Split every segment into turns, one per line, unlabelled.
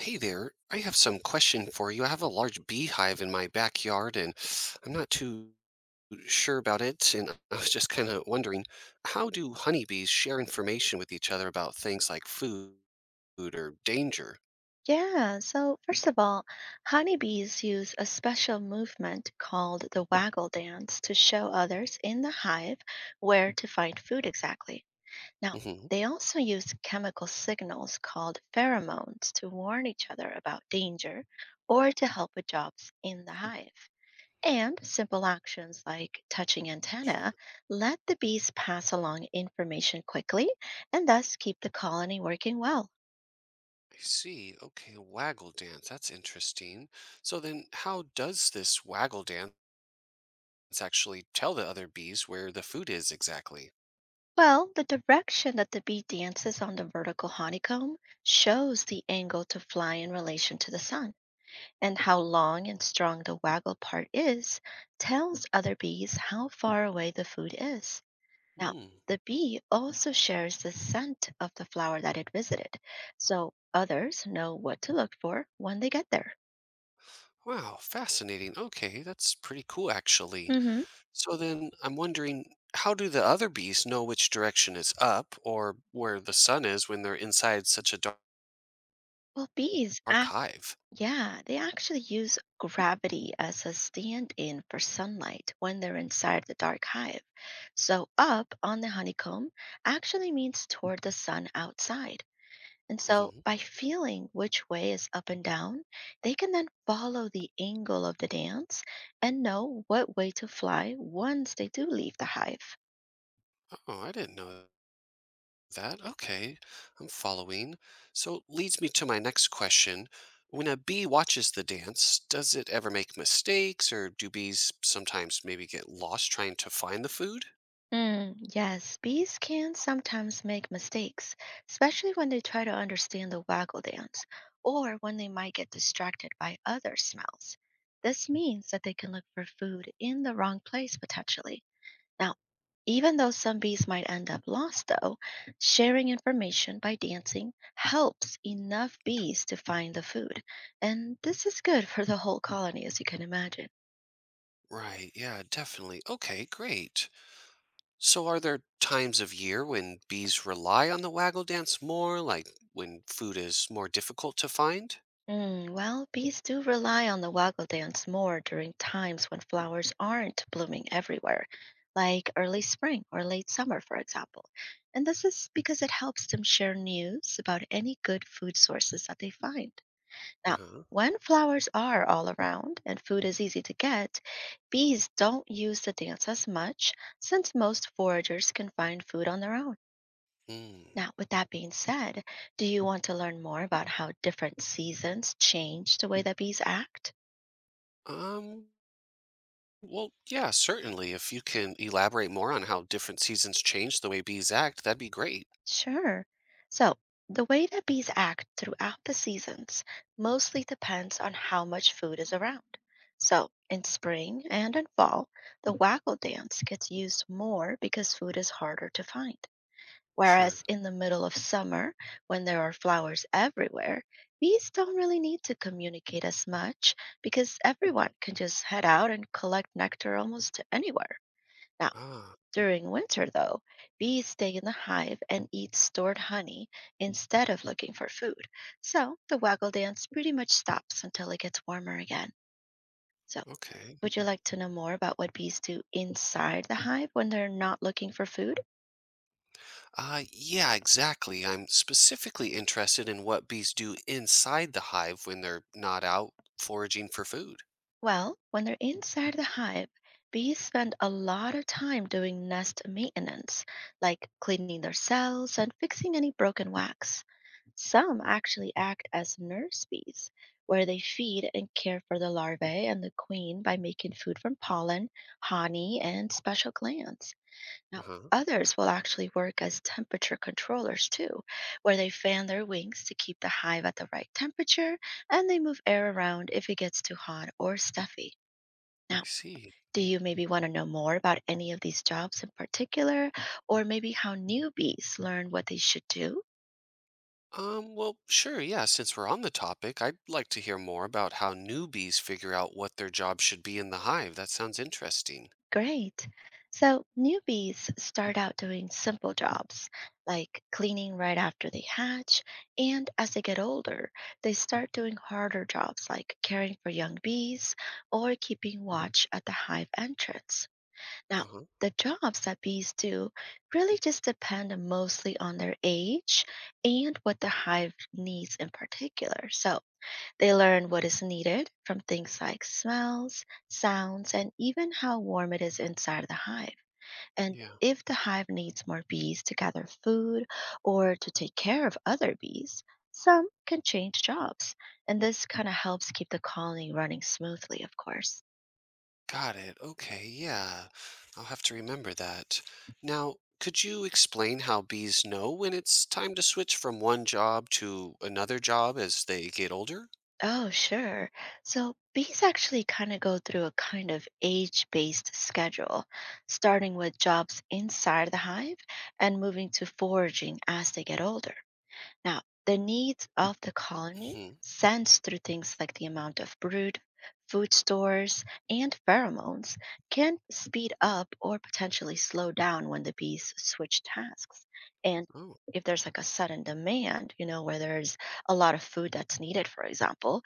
Hey there, I have some question for you. I have a large beehive in my backyard and I'm not too sure about it. And I was just kind of wondering, how do honeybees share information with each other about things like food or danger?
Yeah, so first of all, honeybees use a special movement called the waggle dance to show others in the hive where to find food exactly. Now,
hmm
they also use chemical signals called pheromones to warn each other about danger or to help with jobs in the hive. And simple actions like touching antenna
Sure.
let the bees pass along information quickly and thus keep the colony working well.
I see. Okay, waggle dance. That's interesting. So then, how does this waggle dance actually tell the other bees where the food is exactly?
Well, the direction that the bee dances on the vertical honeycomb shows the angle to fly in relation to the sun, and how long and strong the waggle part is tells other bees how far away the food is. Now,
Hmm.
the bee also shares the scent of the flower that it visited, so others know what to look for when they get there.
Wow, fascinating. Okay, that's pretty cool actually.
Hmm.
So then I'm wondering how do the other bees know which direction is up or where the sun is when they're inside such a dark
Well, bees
hive?
yeah, they actually use gravity as a stand in for sunlight when they're inside the dark hive. So, up on the honeycomb actually means toward the sun outside. And so,
hmm
by feeling which way is up and down, they can then follow the angle of the dance and know what way to fly once they do leave the hive.
Oh, I didn't know that? Okay. I'm following. So leads me to my next question. When a bee watches the dance, does it ever make mistakes or do bees sometimes maybe get lost trying to find the food?
Mm, yes, bees can sometimes make mistakes, especially when they try to understand the waggle dance or when they might get distracted by other smells. This means that they can look for food in the wrong place potentially. Now, even though some bees might end up lost, though, sharing information by dancing helps enough bees to find the food. And this is good for the whole colony, as you can imagine.
Right. Yeah, definitely. Okay, great. So, are there times of year when bees rely on the waggle dance more, like when food is more difficult to find?
Mm, well, bees do rely on the waggle dance more during times when flowers aren't blooming everywhere, like early spring or late summer, for example. And this is because it helps them share news about any good food sources that they find. Now,
Uh-huh.
when flowers are all around and food is easy to get, bees don't use the dance as much since most foragers can find food on their own.
Mm.
Now, with that being said, do you want to learn more about how different seasons change the way that bees act?
Um, well, yeah, certainly. If you can elaborate more on how different seasons change the way bees act, that'd be great.
Sure. So, the way that bees act throughout the seasons mostly depends on how much food is around. So, in spring and in fall, the waggle dance gets used more because food is harder to find.
Sure.
Whereas in the middle of summer, when there are flowers everywhere, bees don't really need to communicate as much because everyone can just head out and collect nectar almost anywhere. Now,
Ah,
during winter, though, bees stay in the hive and eat stored honey instead of looking for food. So the waggle dance pretty much stops until it gets warmer again. So,
okay.
would you like to know more about what bees do inside the hive when they're not looking for food?
Yeah, exactly. I'm specifically interested in what bees do inside the hive when they're not out foraging for food.
Well, when they're inside the hive, bees spend a lot of time doing nest maintenance, like cleaning their cells and fixing any broken wax. Some actually act as nurse bees, where they feed and care for the larvae and the queen by making food from pollen, honey, and special glands. Now,
Uh-huh.
others will actually work as temperature controllers too, where they fan their wings to keep the hive at the right temperature and they move air around if it gets too hot or stuffy. Now,
I see.
do you maybe want to know more about any of these jobs in particular, or maybe how newbies learn what they should do?
Well, sure, yeah, since we're on the topic, I'd like to hear more about how newbies figure out what their job should be in the hive. That sounds interesting.
Great. So, newbies start out doing simple jobs like cleaning right after they hatch, and as they get older, they start doing harder jobs like caring for young bees or keeping watch at the hive entrance. Now,
Uh-huh.
the jobs that bees do really just depend mostly on their age and what the hive needs in particular. So, they learn what is needed from things like smells, sounds, and even how warm it is inside of the hive. And
Yeah.
if the hive needs more bees to gather food or to take care of other bees, some can change jobs. And this kind of helps keep the colony running smoothly, of course.
Got it. Okay, yeah. I'll have to remember that. Now, could you explain how bees know when it's time to switch from one job to another job as they get older?
Oh, sure. So bees actually kind of go through a kind of age-based schedule, starting with jobs inside the hive and moving to foraging as they get older. Now, the needs of the colony
hmm
sensed through things like the amount of brood, food stores, and pheromones can speed up or potentially slow down when the bees switch tasks. And
Oh,
if there's like a sudden demand, you know, where there's a lot of food that's needed, for example,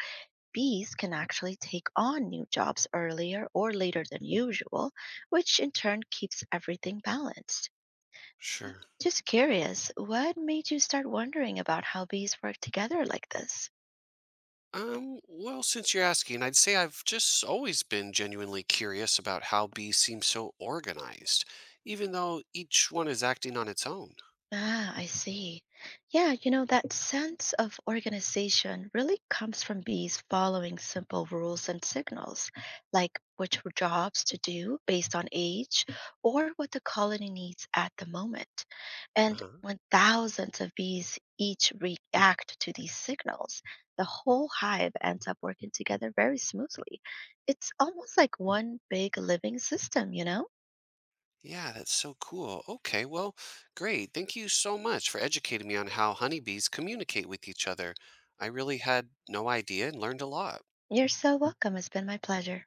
bees can actually take on new jobs earlier or later than usual, which in turn keeps everything balanced.
sure.
Just curious, what made you start wondering about how bees work together like this?
Well, since you're asking, I'd say I've just always been genuinely curious about how bees seem so organized, even though each one is acting on its own.
Ah, I see. Yeah, you know, that sense of organization really comes from bees following simple rules and signals, like which jobs to do based on age or what the colony needs at the moment. And
Uh-huh.
when thousands of bees each react to these signals, the whole hive ends up working together very smoothly. It's almost like one big living system, you know?
Yeah, that's so cool. Okay, well, great. Thank you so much for educating me on how honeybees communicate with each other. I really had no idea and learned a lot.
You're so welcome. It's been my pleasure.